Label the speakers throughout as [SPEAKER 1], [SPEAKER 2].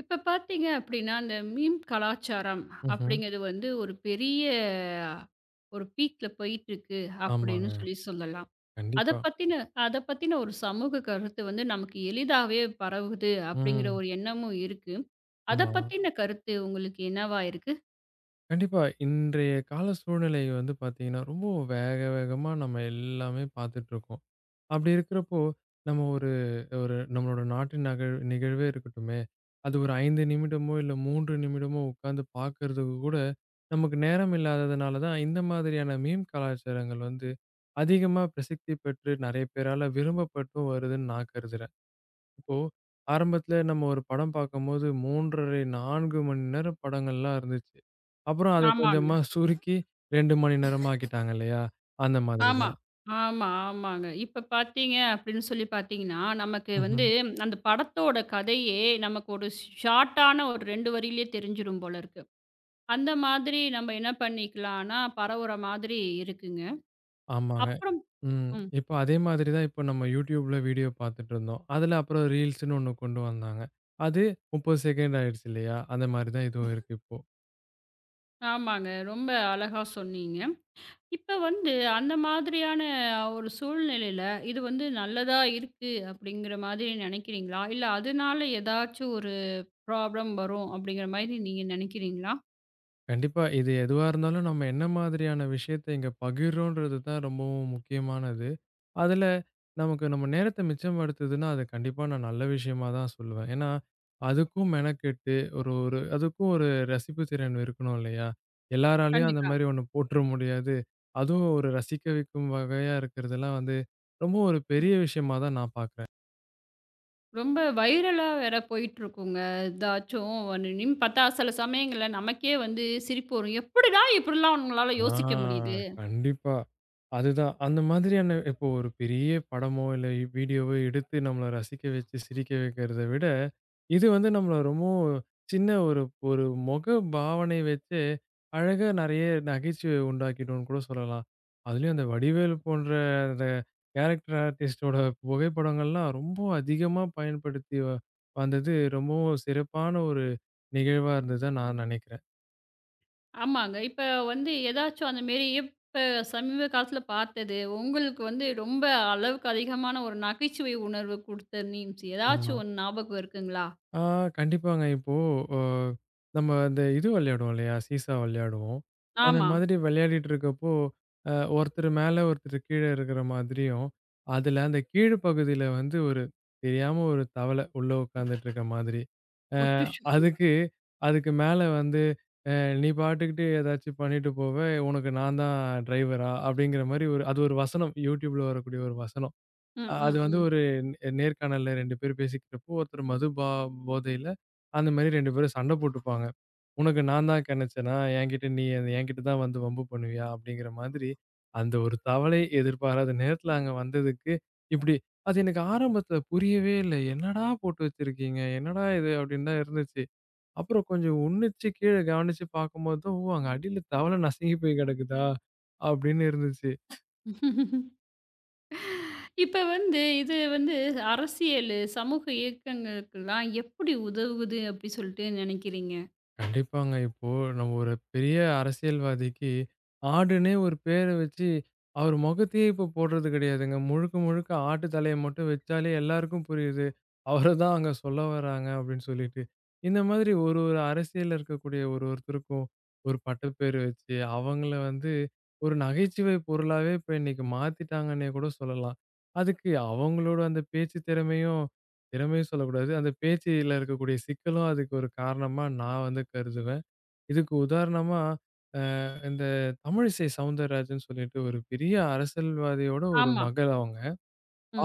[SPEAKER 1] இப்ப பார்த்தீங்க அப்படின்னா, அந்த மீம் கலாச்சாரம்
[SPEAKER 2] ம்ஹ்ம்.
[SPEAKER 1] அப்படிங்கிறது வந்து ஒரு பெரிய ஒரு பீக்ல போயிட்டுருக்கு அப்படின்னு
[SPEAKER 2] ஆமாங்க.
[SPEAKER 1] சொல்லி சொல்லலாம். அத
[SPEAKER 2] கண்டிப்பா.
[SPEAKER 1] பத்தின அத பத்தின ஒரு சமூக கருத்து வந்து நமக்கு எளிதாவே பரவுது அப்படிங்கிற
[SPEAKER 2] ம்.
[SPEAKER 1] ஒரு எண்ணமும் இருக்கு. அத
[SPEAKER 2] ஆமா.
[SPEAKER 1] பத்தின கருத்து உங்களுக்கு என்னவா இருக்கு?
[SPEAKER 2] கண்டிப்பா. இன்றைய கால சூழ்நிலை வந்து பார்த்தீங்கன்னா, ரொம்ப வேக வேகமா நம்ம எல்லாமே பார்த்துட்டுருக்கோம். அப்படி இருக்கிறப்போ, நம்ம ஒரு ஒரு நம்மளோட நாட்டு நிகழ்வே இருக்கட்டுமே, அது ஒரு 5 நிமிடமோ, இல்ல 3 நிமிடமோ உட்காந்து பார்க்கறதுக்கு கூட நமக்கு நேரம் இல்லாததுனால தான், இந்த மாதிரியான மீம் கலாச்சாரங்கள் வந்து அதிகமா பிரசித்தி பெற்று நெறைய பேரால விரும்பப்பட்டும் வருதுன்னு நான் கருதுறேன். இப்போ ஆரம்பத்துல நம்ம ஒரு படம் பார்க்கும்போது 3 ½, 4 மணி நேரம் படங்கள்லாம் இருந்துச்சு. அப்புறம் அத
[SPEAKER 1] ஆமாங்க.
[SPEAKER 2] கொஞ்சமா சுருக்கி 2 மணி நேரமா ஆக்கிட்டாங்க இல்லையா? அந்த மாதிரி
[SPEAKER 1] ஆமா.
[SPEAKER 2] தான்.
[SPEAKER 1] ஆமா, ஆமாங்க. இப்ப பார்த்தீங்க அப்படின்னு சொல்லி பார்த்தீங்கன்னா, நமக்கு வந்து
[SPEAKER 2] ம்ஹ்ம்.
[SPEAKER 1] அந்த படத்தோட கதையே நமக்கு ஒரு ஷார்ட்டான ஒரு 2 வரியிலேயே தெரிஞ்சிரும் போல இருக்கு. அந்த மாதிரி நம்ம என்ன பண்ணிக்கலான்னா, பரவுற மாதிரி இருக்குங்க.
[SPEAKER 2] ஆமாங்க.
[SPEAKER 1] அப்புறம்
[SPEAKER 2] ம்.
[SPEAKER 1] ம்.
[SPEAKER 2] இப்ப அதே மாதிரி தான் இப்ப நம்ம YouTubeல வீடியோ பார்த்துட்டு இருந்தோம். அதுல அப்புறம் ரீல்ஸ்ன்னு ஒண்ணு கொண்டு வந்தாங்க. அது 30 செகண்ட் ஆயிடுச்சு இல்லையா? அந்த மாதிரி தான் இதுவும் இருக்கு இப்போ.
[SPEAKER 1] ஆமாங்க. ரொம்ப அழகா சொன்னீங்க. இப்ப வந்து அந்த மாதிரியான ஒரு சூழ்நிலையில, இது வந்து நல்லதா இருக்கு அப்படிங்கிற மாதிரி நெனைக்கிறீங்களா? இல்ல அதனால ஏதாச்சும் ஒரு ப்ராப்ளம் வரும் அப்படிங்கிற மாதிரி நீங்க நெனைக்கிறீங்களா?
[SPEAKER 2] கண்டிப்பா இது எதுவா இருந்தாலும் நம்ம என்ன மாதிரியான விஷயத்த இங்க பகிர்றோன்றது தான் ரொம்பவும் முக்கியமானது. அதுல நமக்கு நம்ம நேரத்த மிச்சப்படுத்துதுன்னா, அது கண்டிப்பா நான் நல்ல விஷயமா தான் சொல்லுவேன். ஏன்னா, அதுக்கும் மெனக்கெட்டு ஒரு ஒரு அதுக்கும் ஒரு ரசிப்பு திறன் இருக்கணும் இல்லையா? எல்லாராலயும் அந்த
[SPEAKER 1] கண்டிப்பா.
[SPEAKER 2] மாரி ஒண்ணு போட்டுற முடியாது. அதுவும் ஒரு ரசிக்க வைக்கும் வகையா இருக்கிறதெல்லாம் வந்து, ரொம்ப ஒரு பெரிய விஷயமா தான் நான் பாக்குறேன்.
[SPEAKER 1] ரொம்ப வைரலா வேற போயிட்டுருக்குங்க. ஏதாச்சும் ஒண்ணுன்னு பார்த்தா சில சமயங்கள்ல நமக்கே வந்து சிரிப்பு வரும். எப்படிடா இப்படிலாம் உங்களால
[SPEAKER 2] ஆ
[SPEAKER 1] யோசிக்க முடியுது?
[SPEAKER 2] கண்டிப்பா. அதுதான். அந்த மாதிரியான இப்போ ஒரு பெரிய படமோ, இல்ல வீடியோவோ எடுத்து நம்மள ரசிக்க வச்சு, சிரிக்க வைக்கிறத விட, இது வந்து நம்மள ரொம்பவும் சின்ன ஒரு ஒரு முக பாவனை வச்சே, அழகா நெறைய நகைச்சுவை உண்டாக்கிட்டோம்னு கூட சொல்லலாம். அதுலயும் அந்த வடிவேலு போன்ற அந்த கேரக்டர் ஆர்டிஸ்ட்டோட புகைப்படங்கள்லாம் ரொம்ப அதிகமா பயன்படுத்தி வந்தது ரொம்பவும் சிறப்பான ஒரு நிகழ்வா இருந்ததா நான் நெனைக்கிறேன்.
[SPEAKER 1] ஆமாங்க. இப்ப வந்து ஏதாச்சும் அந்த மேரி இப்ப சமீப காலத்துல பார்த்தது, உங்களுக்கு வந்து ரொம்ப அளவுக்கு அதிகமான ஒரு நகைச்சுவை உணர்வு குடுத்த மீம்ஸ்
[SPEAKER 2] ஆமா.
[SPEAKER 1] ஏதாச்சும் ஒண்ணு ஞாபகம் இருக்குங்களா?
[SPEAKER 2] ஆ கண்டிப்பாங்க. இப்போ அ நம்ம இந்த இது விளையாடுவோம் இல்லையா? சீசா விளையாடுவோம். அந்த
[SPEAKER 1] ஆமா.
[SPEAKER 2] மாதிரி விளையாடிட்டு இருக்கப்போ, ஒருத்தர் மேல ஒருத்தர் கீழ இருக்கிற மாதிரியும், அதுல அந்த கீழ் பகுதியில வந்து ஒரு தெரியாம ஒரு தவள உள்ள உட்காந்துட்டு இருக்க மாதிரி. அ
[SPEAKER 1] அச்சச்சோ!
[SPEAKER 2] அதுக்கு அதுக்கு மேல வந்து அ "நீ பாட்டுக்கிட்டு ஏதாச்சும் பண்ணிட்டு போவ. உனக்கு நான் தான் டிரைவரா?" அப்படிங்கிற மாரி ஒரு அது ஒரு வசனம். YouTubeல வரக்கூடிய ஒரு வசனம்.
[SPEAKER 1] ம்,
[SPEAKER 2] அது
[SPEAKER 1] ம்,
[SPEAKER 2] வந்து
[SPEAKER 1] ம்.
[SPEAKER 2] ஒரு நேர்காணல்ல 2 பேரும் பேசிக்கிறப்போ, ஒருத்தர் போதையில அந்த மாரி 2 பேரும் சண்டை போட்டுப்பாங்க. "உனக்கு நான் தான் கெடைச்சேனா? என்கிட்ட நீ என்கிட்ட தான் வந்து வம்பு பண்ணுவியா?" அப்படிங்கிற மாதிரி, அந்த ஒரு தவலை எதிர்பாராத நேரத்துல அங்க வந்ததுக்கு, இப்படி அது எனக்கு ஆரம்பத்துல புரியவே இல்ல. "என்னடா போட்டு வச்சிருக்கீங்க? என்னடா இது?" அப்படின்னு தான் இருந்துச்சு. அப்புறம் கொஞ்சம் உன்னிச்சு கீழ கவனிச்சு பாக்கும்போது தான், "ஓ! அங்க அடியில தவளை நசுங்கி போய் கிடக்குதா?" அப்படின்னு இருந்துச்சு.
[SPEAKER 1] இப்ப வந்து இது வந்து அரசியலு, சமூக இயக்கங்களுக்கெல்லாம் எப்படி உதவுது அப்படி சொல்லிட்டு நினைக்கிறீங்க?
[SPEAKER 2] கண்டிப்பாங்க. இப்போ நம்ம ஒரு பெரிய அரசியல்வாதிக்கு, ஆடுன்னே ஒரு பேர வச்சு, அவர் முகத்தையே இப்போ போடுறது கிடையாதுங்க. முழுக்க முழுக்க ஆட்டு தலைய மட்டும் வச்சாலே எல்லாருக்கும் புரியுது. அவர தான் அங்க சொல்ல வராங்க அப்படின்னு சொல்லிட்டு. இந்த மாதிரி ஒரு ஒரு அரசியல்ல இருக்கக்கூடிய ஒரு ஒருத்தருக்கும் ஒரு பட்டப்பேர் வச்சு, அவங்கள வந்து ஒரு நகைச்சுவை பொருளாவே இப்ப இன்னைக்கு மாத்திட்டாங்கன்னே கூட சொல்லலாம். அதுக்கு அவங்களோட அந்த பேச்சு திறமையும் திறமையும் சொல்லக்கூடாது. அந்த பேச்சுல இருக்கக்கூடிய சிக்கலும் அதுக்கு ஒரு காரணமா நான் வந்து கருதுவேன். இதுக்கு உதாரணமா, அ இந்த தமிழிசை சவுந்தரராஜன் சொல்லிட்டு ஒரு பெரிய அரசியல்வாதியோட ஒரு
[SPEAKER 1] ஆமா.
[SPEAKER 2] மகள் அவங்க.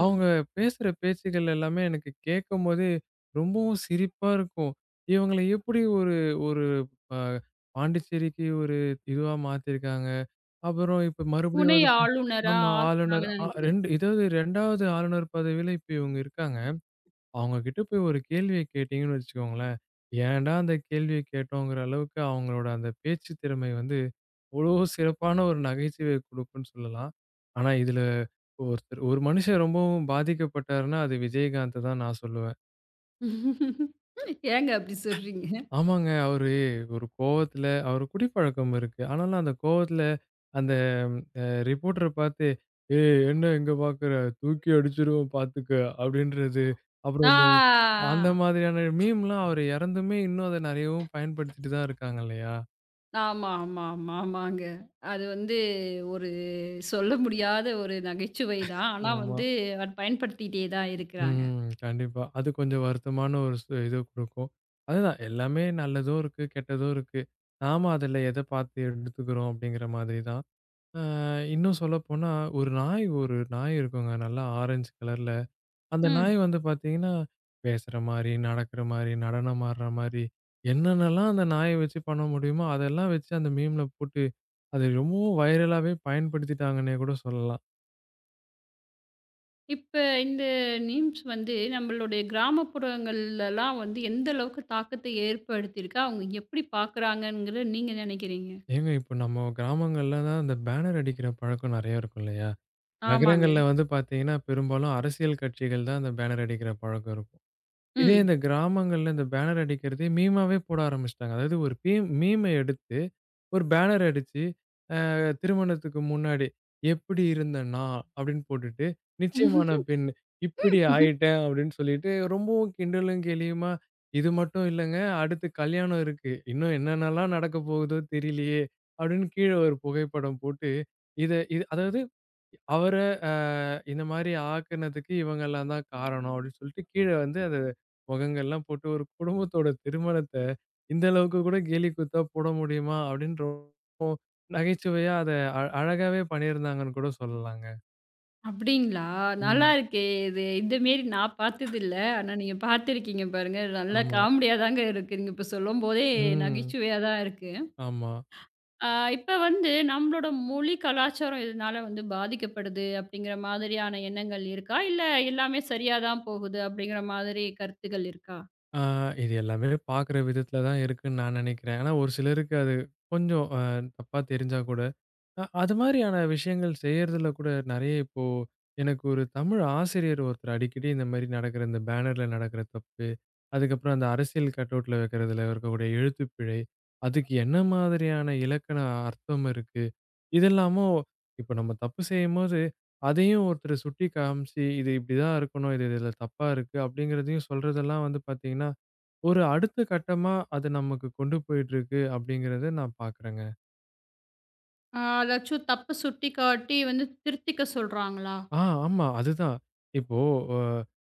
[SPEAKER 2] அவங்க பேசுற பேச்சுகள் எல்லாமே எனக்கு கேட்கும்போதே ரொம்பவும் சிரிப்பா இருக்கும். இவங்கள எப்படி ஒரு ஒரு அ பாண்டிச்சேரிக்கு ஒரு இதுவா மாத்திருக்காங்க. அப்புறம் இப்ப மறுபடியும்
[SPEAKER 1] துணை
[SPEAKER 2] வந்து
[SPEAKER 1] ஆளுநரா
[SPEAKER 2] ஆமா ஆளுநர்
[SPEAKER 1] ஆக்குனாங்கன்னு நினைக்கிறேன்.
[SPEAKER 2] 2 இதாவது 2வது ஆளுநர் பதவியில இப்ப இவங்க இருக்காங்க. அவங்க கிட்ட போய் ஒரு கேள்விய கேட்டீங்கன்னு வச்சுக்கோங்களேன், ஏன்டா அந்த கேள்விய கேட்டோங்கிற அளவுக்கு அவங்களோட அந்த பேச்சு திறமை வந்து அவ்ளோ சிறப்பான ஒரு நகைச்சுவைய குடுக்கும்ன்னு சொல்லலாம். ஆனா இதுல ஒருத்தர் ஒரு மனுஷன் ரொம்பவும் பாதிக்கப்பட்டாருன்னா, அது விஜயகாந்த தான் நான் சொல்லுவேன்.
[SPEAKER 1] ஏங்க அப்படி சொல்றீங்க?
[SPEAKER 2] ஆமாங்க, அவரு ஒரு கோவத்துல அவரு குடிப்பழக்கம் இருக்கு. ஆனாலும் அந்த கோவத்துல அந்த ரிப்போர்ட்டர பார்த்து, "ஏய் என்ன இங்க பார்க்குற? தூக்கி அடிச்சுருவேன் பார்த்துக்க" அப்படின்றது.
[SPEAKER 1] ஆ.
[SPEAKER 2] அப்புறம் அந்த மாதிரியான மீம்லாம் அவரு இறந்துமே இன்னும் அத நெறையவும் பயன்படுத்திட்டு தான் இருக்காங்க இல்லையா?
[SPEAKER 1] ஆமா, ஆமா, ஆமா, ஆமாங்க. அது வந்து ஒரு சொல்ல முடியாத ஒரு நகைச்சுவை தான். ஆனா
[SPEAKER 2] ஆமா.
[SPEAKER 1] வந்து அத பயன்படுத்திட்டே தான் இருக்கிறாங்க.
[SPEAKER 2] ம். கண்டிப்பா. அது கொஞ்சம் வருத்தமான ஒரு இது குடுக்கும். அதுதான் எல்லாமே நல்லதும் இருக்கு, கெட்டதும் இருக்கு. நாம அதுல எத பார்த்து எடுத்துக்கிறோம் அப்படிங்கிற மாதிரி தான். அ இன்னும் சொல்லப்போனா ஒரு நாய் இருக்குங்க. நல்லா ஆரஞ்சு கலர்ல. அந்த
[SPEAKER 1] ம்.
[SPEAKER 2] நாய் வந்து பார்த்தீங்கன்னா, பேசுற மாரி, நடக்குற மாரி, நடனம் ஆடுற மாரி, என்னென்னலாம் அந்த நாய வச்சு பண்ண முடியுமோ, அதெல்லாம் வச்சு அந்த மீம்ல போட்டு, அது ரொம்பவும் வைரலாவே பயன்படுத்திட்டாங்கன்னே கூட சொல்லலாம்.
[SPEAKER 1] இப்ப இந்த மீம்ஸ் வந்து நம்மளுடைய கிராமப்புறங்கள்லலாம் வந்து எந்த அளவுக்கு தாக்கத்தை ஏற்படுத்தியிருக்கு? அவங்க எப்படி பார்க்குறாங்கங்கிறத நீங்க நினைக்கிறீங்க?
[SPEAKER 2] ஏங்க இப்ப நம்ம கிராமங்கள்ல தான் இந்த பேனர் அடிக்கிற பழக்கம் நெறைய இருக்கும் இல்லையா?
[SPEAKER 1] ஆமாங்க.
[SPEAKER 2] நகரங்கள்ல வந்து பார்த்தீங்கன்னா, பெரும்பாலும் அரசியல் கட்சிகள் தான் அந்த பேனர் அடிக்கிற பழக்கம் இருக்கும். இதே
[SPEAKER 1] ம்.
[SPEAKER 2] இந்த கிராமங்கள்ல இந்த பேனர் அடிக்கிறதே மீமாவே போட ஆரம்பிச்சுட்டாங்க. அதாவது ஒரு பீம் மீம எடுத்து ஒரு பேனர் அடிச்சு, அ திருமணத்துக்கு முன்னாடி, "எப்படி இருந்த நான்?" அப்படின்னு போட்டுட்டு, "நிச்சயமான பெண், இப்படி ஆயிட்டேன்." அப்படின்னு சொல்லிட்டு, ரொம்பவும் கிண்டலும், கேலியுமா, "இது மட்டும் இல்லங்க, அடுத்து கல்யாணம் இருக்கு. இன்னும் என்னென்னலாம் நடக்க போகுதோ தெரியலையே!" அப்படின்னு கீழ ஒரு புகைப்படம் போட்டு, இது அதாவது அவர அ இந்த மாரி ஆக்குனதுக்கு இவங்கலாம் தான் காரணம் அப்படின்னு சொல்லிட்டு, கீழ வந்து அத முகங்கள்லாம் போட்டு, ஒரு குடும்பத்தோட திருமணத்த இந்த அளவுக்கு கூட கேலி கூத்தா போட முடியுமா? அப்டின்னு ரொம்ப நகைச்சுவையா அத அழகாவே பண்ணியிருந்தாங்கன்னு கூட சொல்லலாங்க.
[SPEAKER 1] அப்படிங்களா? நல்லா
[SPEAKER 2] ம்.
[SPEAKER 1] இருக்கே இது. இந்த மாரி நான் பார்த்ததில்ல. ஆனா நீங்க பார்த்துருக்கீங்க பாருங்க. நல்லா
[SPEAKER 2] ஆமா.
[SPEAKER 1] காமெடியா தாங்க இருக்கு. நீங்க இப்ப சொல்லும்போதே
[SPEAKER 2] ம்.
[SPEAKER 1] நகைச்சுவையா தான் இருக்கு.
[SPEAKER 2] ஆமா.
[SPEAKER 1] ஆ, இப்ப வந்து நம்மளோட மொழி கலாச்சாரம் இதனால வந்து பாதிக்கப்படுது அப்படிங்கிற மாதிரியான எண்ணங்கள் இருக்கா? இல்ல எல்லாமே சரியா தான் போகுது அப்படிங்கிற மாதிரி கருத்துகள் இருக்கா?
[SPEAKER 2] ஆ இது எல்லாமே பார்க்குற விதத்துல தான் இருக்குன்னு நான் நெனைக்கிறேன். ஆனா ஒரு சிலருக்கு அது கொஞ்சம் தப்பா தெரிஞ்சா கூட அது மாரியான விஷயங்கள் செய்யறதுல கூட நெறைய இப்போ, எனக்கு ஒரு தமிழ் ஆசிரியர் ஒருத்தர் அடிக்கடி இந்த மாரி நடக்கிற இந்த பேனர்ல நடக்கிற தப்பு, அதுக்கப்புறம் அந்த அரசியல் கட்அவுட்ல வைக்கிறதுல இருக்கக்கூடிய எழுத்துப்பிழை, அதுக்கு என்ன மாதிரியான இலக்கண அர்த்தம் இருக்கு? இதெல்லாமும் இப்ப நம்ம தப்பு செய்யும்போது, அதையும் ஒருத்தர் சுட்டி காமிச்சு, இது இப்படிதான் இருக்கணும், இது இதுல தப்பா இருக்கு அப்படிங்கிறதையும் சொல்றதெல்லாம் வந்து பாத்தீங்கன்னா, ஒரு அடுத்த கட்டமா அது நமக்கு கொண்டு போயிட்டு இருக்கு அப்படிங்கிறத நான் பாக்குறேங்க.
[SPEAKER 1] ஆ, அதாச்சும் தப்பு சுட்டிக்காட்டி வந்து திருத்திக்க சொல்றாங்களா?
[SPEAKER 2] ஆ, ஆமா. அதுதான். இப்போ அ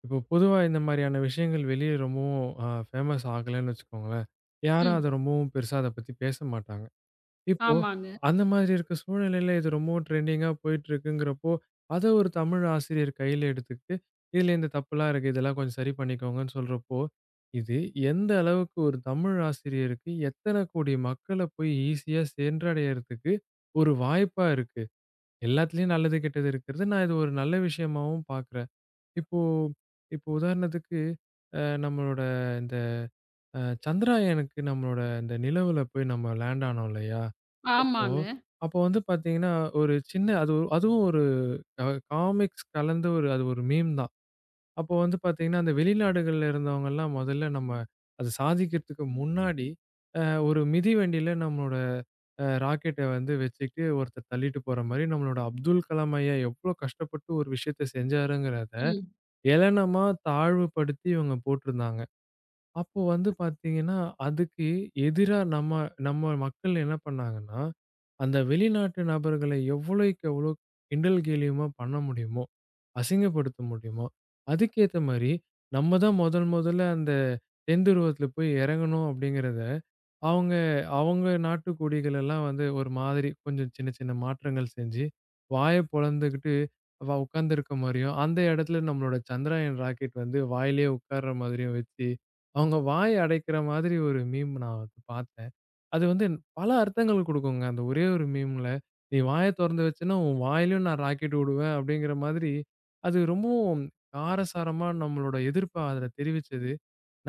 [SPEAKER 2] இப்போ பொதுவா இந்த மாரியான விஷயங்கள் வெளிய ரொம்பவும் ஃபேமஸ் ஆகலன்னு வச்சுக்கோங்களேன். யாரும்
[SPEAKER 1] ம்.
[SPEAKER 2] அத ரொம்பவும் பெருசா அத பத்தி பேச மாட்டாங்க. இப்போ
[SPEAKER 1] ஆமாங்க.
[SPEAKER 2] அந்த மாதிரி இருக்க சூழ்நிலையில இது ரொம்பவும் ட்ரெண்டிங்கா போயிட்டுருக்குங்கிறப்போ, அத ஒரு தமிழ் ஆசிரியர் கையில எடுத்துக்கிட்டு, "இதுல இந்த தப்புலாம் இருக்கு. இதெல்லாம் கொஞ்சம் சரி பண்ணிக்கோங்கன்னு" சொல்றப்போ, இது எந்த அளவுக்கு ஒரு தமிழ் ஆசிரியருக்கு எத்தன கோடி மக்கள போய் ஈஸியா சென்றடையறதுக்கு ஒரு வாய்ப்பா இருக்கு. எல்லாத்துலயும் நல்லது, கெட்டது இருக்கிறது. நான் இது ஒரு நல்ல விஷயமாவும் பார்க்குறேன். இப்போ இப்போ உதாரணத்துக்கு, நம்மளோட இந்த சந்திராயனுக்கு நம்மளோட இந்த நிலவுல போய் நம்ம லேண்ட் ஆனோம் இல்லையா? அப்போ
[SPEAKER 1] ஆமாங்க.
[SPEAKER 2] அப்போ வந்து பார்த்தீங்கன்னா, ஒரு சின்ன அது அதுவும் ஒரு அ காமிக்ஸ் கலந்த ஒரு அது ஒரு மீம் தான். அப்போ வந்து பார்த்தீங்கன்னா, அந்த வெளிநாடுகள்ல இருந்தவங்கலாம் முதல்ல நம்ம அது சாதிக்கிறதுக்கு முன்னாடி, அ ஒரு மிதிவண்டியில நம்மளோட ராக்கெட்ட வந்து வச்சுட்டு ஒருத்தர் தள்ளிட்டு போற மாரி, நம்மளோட அப்துல் கலாம் ஐயா எவ்ளோ கஷ்டப்பட்டு ஒரு விஷயத்த செஞ்சாருங்கிறத,
[SPEAKER 1] ம்.
[SPEAKER 2] ஏளனமா தாழ்வுபடுத்தி இவங்க போட்டிருந்தாங்க. அப்போ வந்து பார்த்தீங்கன்னா, அதுக்கு எதிரா நம்ம நம்ம மக்கள் என்ன பண்ணாங்கன்னா, அந்த வெளிநாட்டு நபர்களை எவ்வளோக்கு எவ்வளோ கிண்டல் கேலியுமா பண்ண முடியுமோ, அசிங்கப்படுத்த முடியுமோ, அதுக்கேத்த மாரி நம்ம தான் முதல் முதல்ல அந்த தென்துருவத்தில போய் இறங்கணும் அப்படிங்கிறத, அவங்க அவங்க நாட்டு கொடிகளெல்லாம் வந்து ஒரு மாதிரி கொஞ்சம் சின்ன சின்ன மாற்றங்கள் செஞ்சு, வாய பொளந்துகிட்டு அவ உட்கார்ந்திருக்க மாரியும், அந்த இடத்துல நம்மளோட சந்திரயான் ராக்கெட் வந்து வாயிலேயே உட்கார்ற மாதிரியும் வச்சு, அவங்க வாய் அடைக்கிற மாதிரி ஒரு மீம் நான் வந்து பார்த்தேன். அது வந்து பல அர்த்தங்கள் குடுக்குங்க. அந்த ஒரே ஒரு மீம்ல, "நீ வாய தொறந்து வச்சேன்னா, உன் வாயிலயும் நான் ராக்கெட் விடுவேன்" அப்படிங்கிற மாதிரி, அது ரொம்பவும் காரசாரமா நம்மளோட எதிர்ப்ப அதுல தெரிவிச்சது.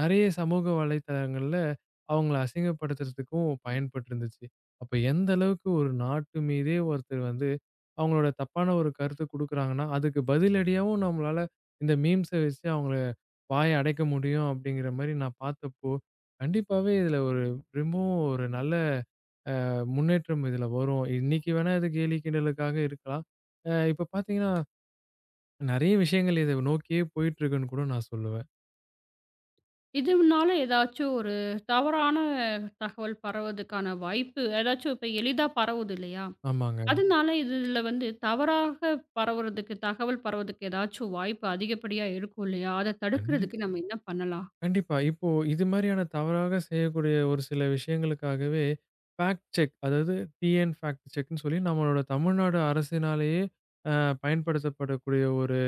[SPEAKER 2] நெறைய சமூக வலைதளங்கள்ல அவங்கள அசிங்கப்படுத்துறதுக்கும் பயன்பட்டுருந்துச்சு. அப்ப எந்த அளவுக்கு ஒரு நாட்டு மீதே ஒருத்தர் வந்து அவங்களோட தப்பான ஒரு கருத்து குடுக்குறாங்கன்னா, அதுக்கு பதிலடியாவும் நம்மளால இந்த மீம்ஸ வச்சு அவங்கள வாய அடைக்க முடியும் அப்படிங்கிற மாரி நான் பார்த்தப்போ, கண்டிப்பாவே இதுல ஒரு ரொம்பவும் ஒரு நல்ல முன்னேற்றம் இதுல வரும். இன்னைக்கு வேணா இது கேலி கிண்டலுக்காக இருக்கலாம். இப்ப பார்த்தீங்கன்னா, நெறைய விஷயங்கள் இத நோக்கியே போயிட்டுருக்குன்னு கூட நான் சொல்லுவேன்.
[SPEAKER 1] இதுனால ஏதாச்சும் ஒரு தவறான தகவல் பரவதுக்கான வாய்ப்பு ஏதாச்சும் இப்ப எளிதா பரவுது இல்லையா?
[SPEAKER 2] ஆமாங்க.
[SPEAKER 1] அதனால இதுல வந்து தவறாக பரவுறதுக்கு, தகவல் பரவுறதுக்கு ஏதாச்சும் வாய்ப்பு அதிகப்படியா இருக்கும் இல்லையா? அத தடுக்கிறதுக்கு
[SPEAKER 2] கண்டிப்பா.
[SPEAKER 1] நம்ம என்ன பண்ணலாம்?
[SPEAKER 2] கண்டிப்பா. இப்போ இது மாரியான தவறாக செய்யக்கூடிய ஒரு சில விஷயங்களுக்காகவே, ஃபேக்ட் செக் அதாவது டிஎன் ஃபேக்ட் செக்ன்னு சொல்லி நம்மளோட தமிழ்நாடு அரசினாலேயே அ பயன்படுத்தப்படக்கூடிய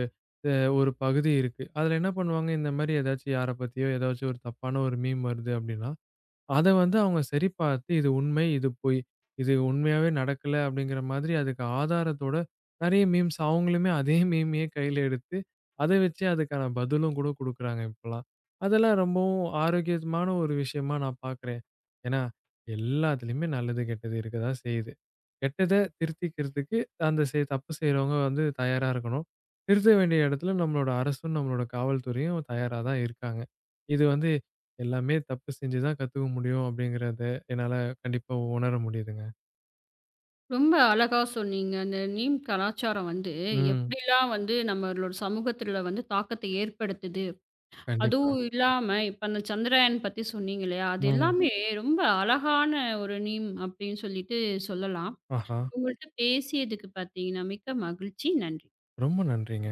[SPEAKER 2] அ ஒரு பகுதி இருக்கு. அதுல என்ன பண்ணுவாங்க, இந்த மாரி ஏதாச்சும் யார பத்தியோ ஏதாச்சும் ஒரு தப்பான ஒரு மீம் வருது அப்டின்னா, அத வந்து அவங்க சரி பார்த்து, இது உண்மை, இது பொய். இது உண்மையாவே நடக்கல அப்படிங்கிற மாதிரி அதுக்கு ஆதாரத்தோட நெறைய மீம்ஸ் அவங்களுமே அதே மீமையே கையில எடுத்து, அத வச்சு அதுக்கான பதிலும் கூட குடுக்குறாங்க இப்பலாம். அதெல்லாம் ரொம்பவும் ஆரோக்கியமான ஒரு விஷயமா நான் பார்க்குறேன். ஏன்னா, எல்லாத்துலயுமே நல்லது, கெட்டது இருக்க தான் செய்யுது. கெட்டத திருத்திக்கிறதுக்கு அந்த தப்பு செய்றவங்க வந்து தயாரா இருக்கணும். திருத்த வேண்டிய இடத்துல நம்மளோட அரசும், நம்மளோட காவல்துறையும் தயாரா தான் இருக்காங்க. இது வந்து எல்லாமே தப்பு செஞ்சு தான் கத்துக்க முடியும் அப்படிங்கிறத என்னால கண்டிப்பா உணர முடியுதுங்க.
[SPEAKER 1] ரொம்ப அழகா சொன்னீங்க. அந்த நீம் கலாச்சாரம் வந்து
[SPEAKER 2] ம்.
[SPEAKER 1] எப்படிலாம் வந்து நம்மளோட சமூகத்துல வந்து தாக்கத்தை ஏற்படுத்துது.
[SPEAKER 2] கண்டிப்பா.
[SPEAKER 1] அதுவும் இல்லாம இப்ப அந்த சந்திரயான் பத்தி சொன்னீங்க இல்லையா? அது
[SPEAKER 2] ம்.
[SPEAKER 1] எல்லாமே ரொம்ப அழகான ஒரு நீம் அப்படின்னு சொல்லிட்டு சொல்லலாம்.
[SPEAKER 2] ஆஹா!
[SPEAKER 1] உங்கள்ட்ட பேசியதுக்கு பார்த்தீங்கன்னா மிக்க மகிழ்ச்சி. நன்றி.
[SPEAKER 2] ரொம்ப நன்றிங்க.